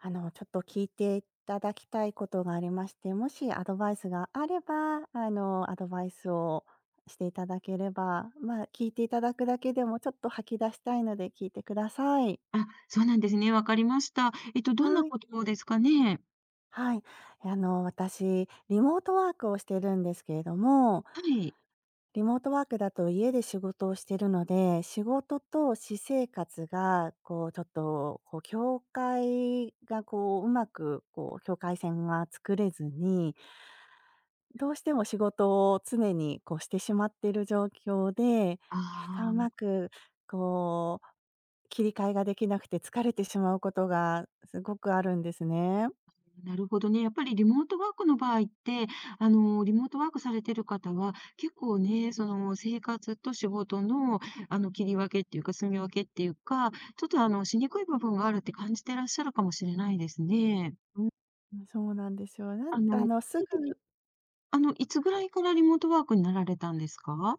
ちょっと聞いていただきたいことがありまして、もしアドバイスがあれば、アドバイスをしていただければ、まあ、聞いていただくだけでもちょっと吐き出したいので聞いてください。あ、そうなんですね。わかりました。どんなはい。ことですかね？はい。私、リモートワークをしてるんですけれども、はい。リモートワークだと家で仕事をしてるので、仕事と私生活が、こう、ちょっと、こう、境界が、こう、うまく、こう、境界線が作れずに、どうしても仕事を常にこうしてしまっている状況で、あなんかうまあ、くこう、切り替えができなくて疲れてしまうことがすごくあるんですね。なるほどね。やっぱりリモートワークの場合って、リモートワークされてる方は、結構ね、生活と仕事の、切り分けっていうか、住み分けっていうか、ちょっと、しにくい部分があるって感じてらっしゃるかもしれないですね。うん。うん、そうなんですよ。なんああの、の、すぐ具体的あの、いつぐらいからリモートワークになられたんですか？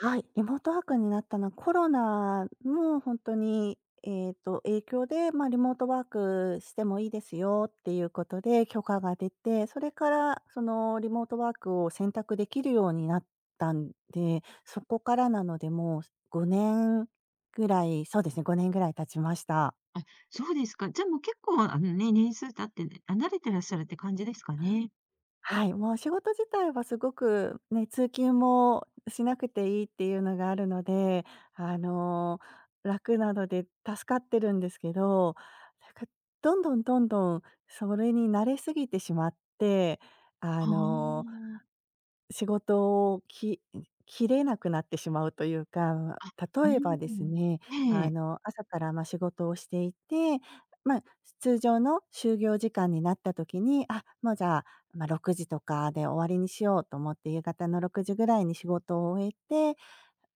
はい、リモートワークになったのは、コロナの本当に、影響で、まあ、リモートワークしてもいいですよっていうことで許可が出て、それから、その、リモートワークを選択できるようになったんで、そこからなので、もう5年ぐらい、そうですね、5年ぐらい経ちました。あ、そうですか。じゃあ、もう結構、あのね、年数経って、あ、慣れてらっしゃるって感じですかね？はい、もう仕事自体はすごくね、通勤もしなくていいっていうのがあるので、あの、楽なので助かってるんですけど、なんかどんどんそれに慣れすぎてしまって、あはのあ。仕事を切れなくなってしまうというか、あ、例えば何でですもね、えあえ。の、朝から、ま、仕事をしていて、まあ、通常の就業時間になった時に、あ、もうじゃあ、まあ、6時とかで終わりにしようと思って、夕方の6時ぐらいに仕事を終えて、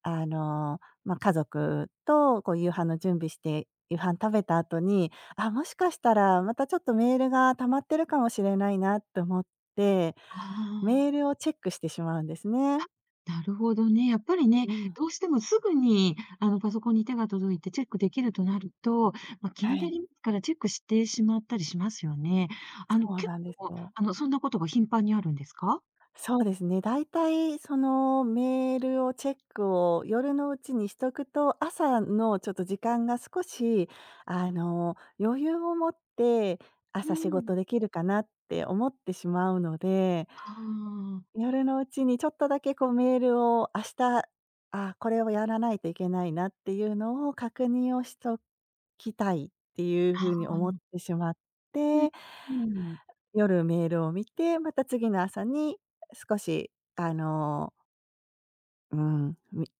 まあ、家族とこう夕飯の準備して、夕飯食べた後に、あ、もしかしたらまたちょっとメールが溜まってるかもしれないなと思って、あメーあ、ルをチェックしてしまうんですね。なるほどね。やっぱりね、うん。どうしてもすぐに、パソコンに手が届いてチェックできるとなると、ま、気はにない。りますからチェックしてしまったりしますよね。そう結なんです構、よ。そんなことが頻繁にあるんですか？そうですね、だいたいそのメールをチェックを夜のうちにしとくと、朝のちょっと時間が少し、あの、余裕を持ってう朝仕ん。事できるかなって思ってしまうので、ああ、夜のうちにちょっとだけこうメールを明日、あ、これをやらないといけないなっていうのを確認をしときたいっていう風にあ思っあ、てしまっうて、ん、うん。夜メールを見て、また次の朝に少しあの、うん、み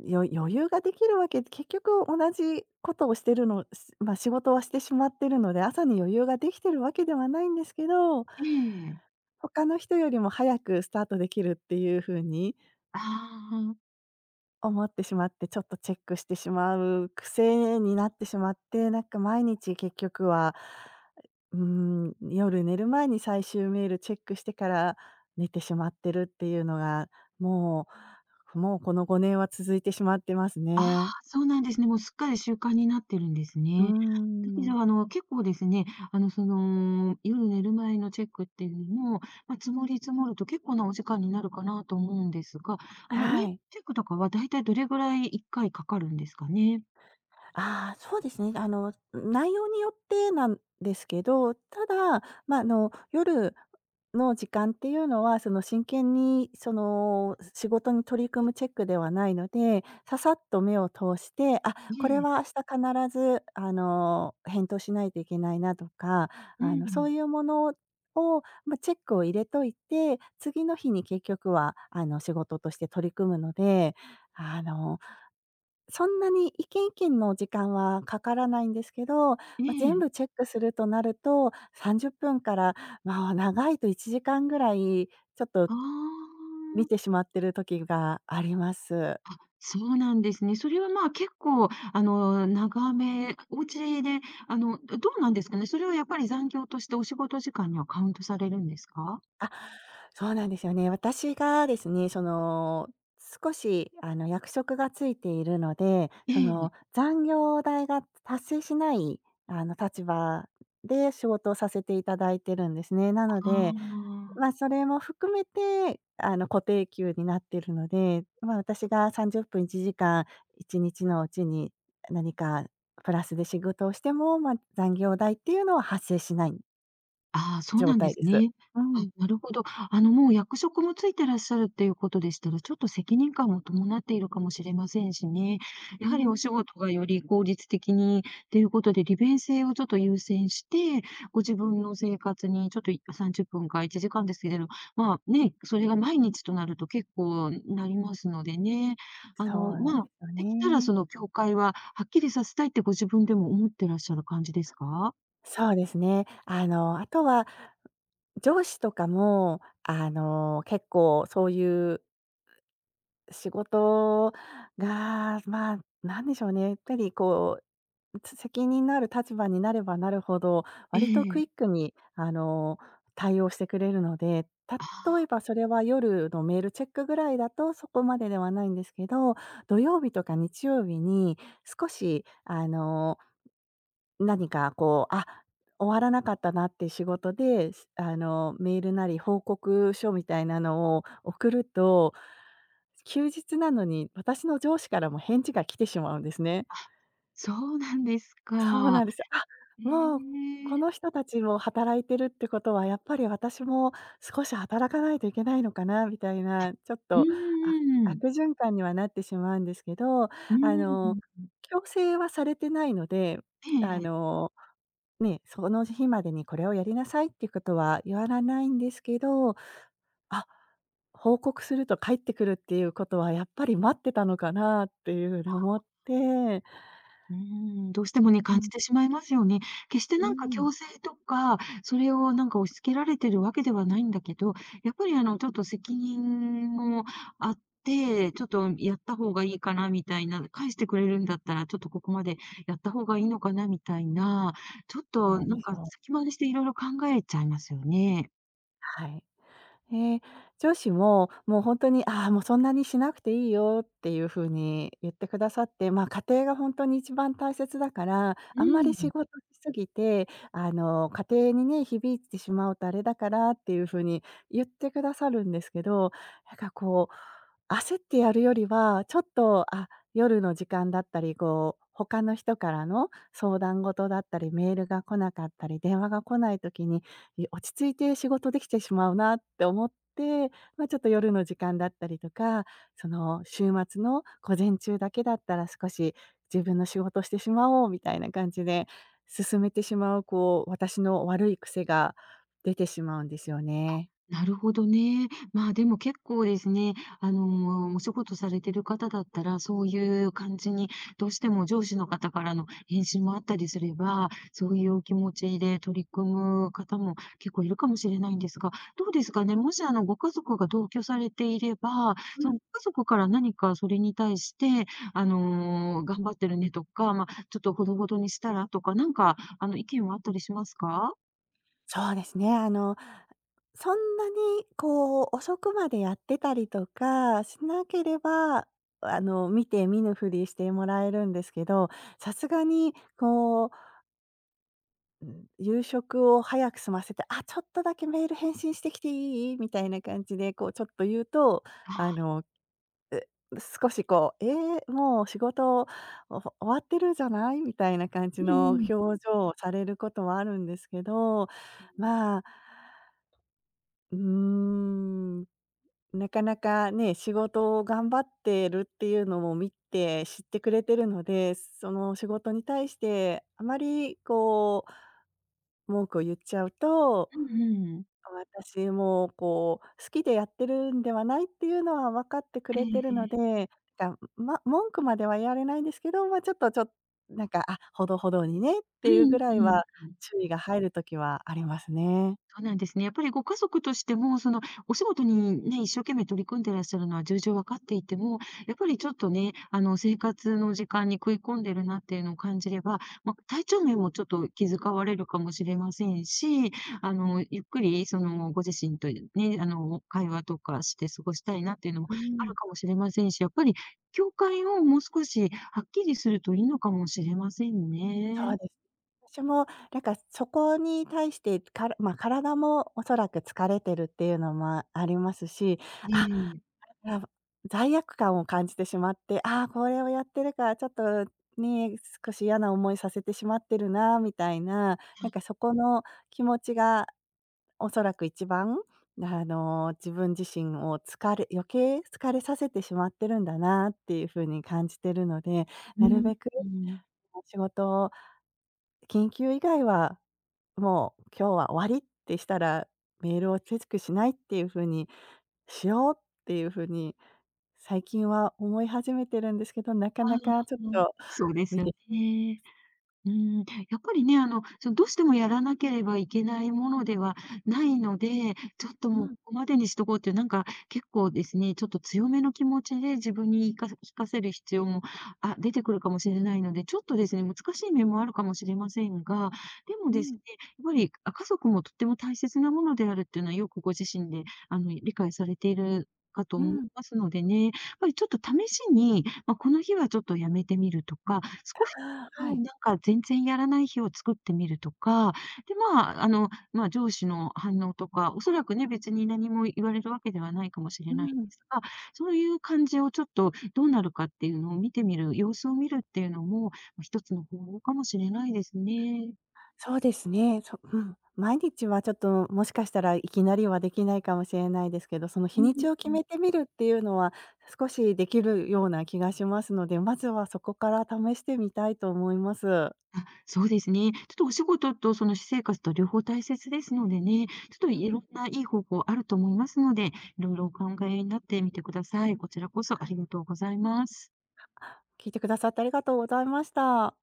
余裕ができるわけ、結局同じことをしてるの、し、まあ、仕事はしてしまってるので、朝に余裕ができてるわけではないんですけど、ええ。他の人よりも早くスタートできるっていう風にああ。思ってしまって、ちょっとチェックしてしまう癖になってしまって、なんか毎日結局は、うーん、夜寝る前に最終メールチェックしてから寝てしまってるっていうのが、ももうこの5年は続いてしまってますああ、ね。そうなんですね。もうすっかり習慣になってるんですうーね。だけん。ど、あの、結構ですね、夜寝る前のチェックっていうのも、まあ、積もり積もると結構なお時間になるかなと思うんですが、あの、はね、い。チェックとかはだいたいどれぐらい1回かいかかるんですかね？ああ、そうですね。あの、内容によってなんですけど、ただ、まあ、あの、夜の時間っていうのは、その、真剣に、その、仕事に取り組むチェックではないので、ささっと目を通して、あ、えこれえ、は明日必ず、あの、返答しないといけないなとか、うあの、そうん、いうものを、まあ、チェックを入れといて、次の日に結局は、あの、仕事として取り組むので、あのそんなに一軒一軒の時間はかからないんですけど、まえあ、全え、部チェックするとなると、30分から、まあ、長いと1時間ぐらい、ちょっとああ、見てしまってる時があります。そうなんですね。それは、まあ、結構、あの、長め、お家で、どうなんですかね？それはやっぱり残業としてお仕事時間にはカウントされるんですか？そうなんですよね。私がですね、その、少し、あの、役職がついているので、そえの、え、残業代が達成しない、立場で仕事をさせていただいてるんですね。なあので、あ。まあ、それも含めて、あの、固定給になってるので、まあ、私が30分、1時間、1日のうちに何かプラスで仕事をしても、まあ、残業代っていうのは発生しないああ、そう状なんで態ですす。ね。うあ、ん。なるほど。あの、もう役職もついてらっしゃるっていうことでしたら、ちょっと責任感も伴っているかもしれませんしね。うやはりおん。仕事がより効率的にっていうことで、利便性をちょっと優先して、ご自分の生活にちょっとい30分か1時間ですけれど、まあ、ね、それが毎日となると結構なりますのでね。あその、うなんまあ、ですよできたらそね。の境界ははっきりさせたいってご自分でも思ってらっしゃる感じですか？そうですね。あの、あとは上司とかも、あの、結構そういう仕事が、まあ、なんでしょうね、やっぱりこう責任のある立場になればなるほど、え割とクイえ。ックに、対応してくれるので、あ例えあ、ばそれは夜のメールチェックぐらいだとそこまでではないんですけど、土曜日とか日曜日に少し、あの、何かこう、あ、終わらなかったなって仕事で、すあの、メールなり報告書みたいなのを送ると、休日なのに私の上司からも返事が来てしまうんですね。そうなんですそうか。なんですよ。あ、ええ。もう、この人たちも働いてるってことは、やっぱり私も少し働かないといけないのかなみたいな、ちょっうと、あーん。悪循環にはなってしまうんですけど、うーあの、ん。強制はされてないので、ええあええ。の、ね、その日までにこれをやりなさいっていうことは言わないんですけど、あ、報告すると帰ってくるっていうことはやっぱり待ってたのかなっていうふうに思って、うーん、どうしてもね、う感じん、てしまいますよね。決してうなんかん、強制とか、それをなんか押し付けられてるわけではないんだけど、やっぱりあの、ちょっと責任もあって、ちょっとやった方がいいかなみたいな、返してくれるんだったら、ちょっとここまでやった方がいいのかなみたいな、ちょっとなんなでんしかょう。先回りしていろいろ考えちゃいますよね。はい。ええ、上司も、もう本当に、「ああ、もうそんなにしなくていいよ」っていう風に言ってくださって、まあ、家庭が本当に一番大切だから、うあんまり仕ん。事しすぎて、あの、家庭にね、響いてしまうとあれだからっていう風に言ってくださるんですけど、なんかこう、焦ってやるよりは、ちょっと、あ、夜の時間だったり、こう、他の人からの相談事だったり、メールが来なかったり、電話が来ない時に落ち着いて仕事できてしまうなって思って、まあ、ちょっと夜の時間だったりとか、その週末の午前中だけだったら少し自分の仕事してしまおうみたいな感じで、進めてしまう、こう、私の悪い癖が出てしまうんですよね。なるほどね。まあ、でも結構ですね、お仕事されてる方だったら、そういう感じに、どうしても上司の方からの返信もあったりすれば、そういうお気持ちで取り組む方も結構いるかもしれないんですが、どうですかね、もしあの、ご家族が同居されていれば、うそん。のご家族から何かそれに対して、頑張ってるねとか、まあ、ちょっとほどほどにしたらとか、なんか、あの、意見はあったりしますか？そうですね、あの、そんなにこう遅くまでやってたりとかしなければ、あの、見て見ぬふりしてもらえるんですけど、さすがにこう、うん、夕食を早く済ませて、「あ、ちょっとだけメール返信してきていい？」みたいな感じで、こう、ちょっと言うと、ああの、少しこう、「えー、もう仕事、終わってるじゃない？」みたいな感じうのんう表ん。情をされることはあるんですけど、まあ、うーん、なかなかね、仕事を頑張ってるっていうのも見て知ってくれてるので、その仕事に対してあまりこう文句を言っちゃうと、うんうん。私もこう、好きでやってるんではないっていうのは分かってくえれてるので、え。なんか、ま、文句までは言われないんですけど、まあ、ちょっと、なんか、あ、ほどほどにねっうていうぐんらういん。は注意が入る時はありますね。そうなんですね。やっぱりご家族としても、その、お仕事にね、一生懸命取り組んでらっしゃるのは重々わかっていても、やっぱりちょっとね、生活の時間に食い込んでるなっていうのを感じれば、ま、体調面もちょっと気遣われるかもしれませんし、ゆっくりその、ご自身とね、会話とかして過ごしたいなっていうのもうあん。るかもしれませんし、やっぱり境界をもう少しはっきりするといいのかもしれませんそね。うです。私もなんかそこに対して、から、まあ、体もおそらく疲れてるっていうのもありますし、えあ、え。や、罪悪感を感じてしまって、ああ、これをやってるから、ちょっとね、少し嫌な思いさせてしまってるなみたいな、なんかそこの気持ちがおそらく一番、あの、自分自身を余計疲れさせてしまってるんだなっていう風に感じてるので、うなるん、べくうん。仕事を緊急以外は、もう今日は終わりってしたら、メールをチェックしないっていう風にしようっていう風に最近は思い始めてるんですけど、なかああ、なかちょっと そう です見よてね。うん、やっぱりね、どうしてもやらなければいけないものではないので、ちょっとうもうん、ここまでにしとこうっていう、なんか、結構ですね、ちょっと強めの気持ちで自分に言いか聞かせる必要も、あ、出てくるかもしれないので、ちょっとですね、難しい面もあるかもしれませんが、でもうですん。ね、やっぱり、あ、家族もとっても大切なものであるっていうのはよくご自身で、理解されているかとう思いん。ますのでね、やっぱりちょっと試しに、まあ、この日はちょっとやめてみるとか、少しうはい。ん、なんか全然やらない日を作ってみるとか、で、まあ、上司の反応とか、おそらくね、別に何も言われるわけではないかもしうれないんでん。すが、そういう感じをちょっとどうなるかっていうのを見てみる、様子を見るっていうのも、ま、一つの方法かもしれないですね。そうですね。そうん。毎日はちょっともしかしたらいきなりはできないかもしれないですけど、その日うんにちを決うんめてみるっていうのは、少しできるような気がしますので、まずはそこから試してみたいと思います。あ、そうですね。ちょっとお仕事とその私生活と両方大切ですのでね、ちょっといろんないい方法あると思いますので、いろいろお考えになってみてください。こちらこそありがとうございます。聞いてくださってありがとうございました。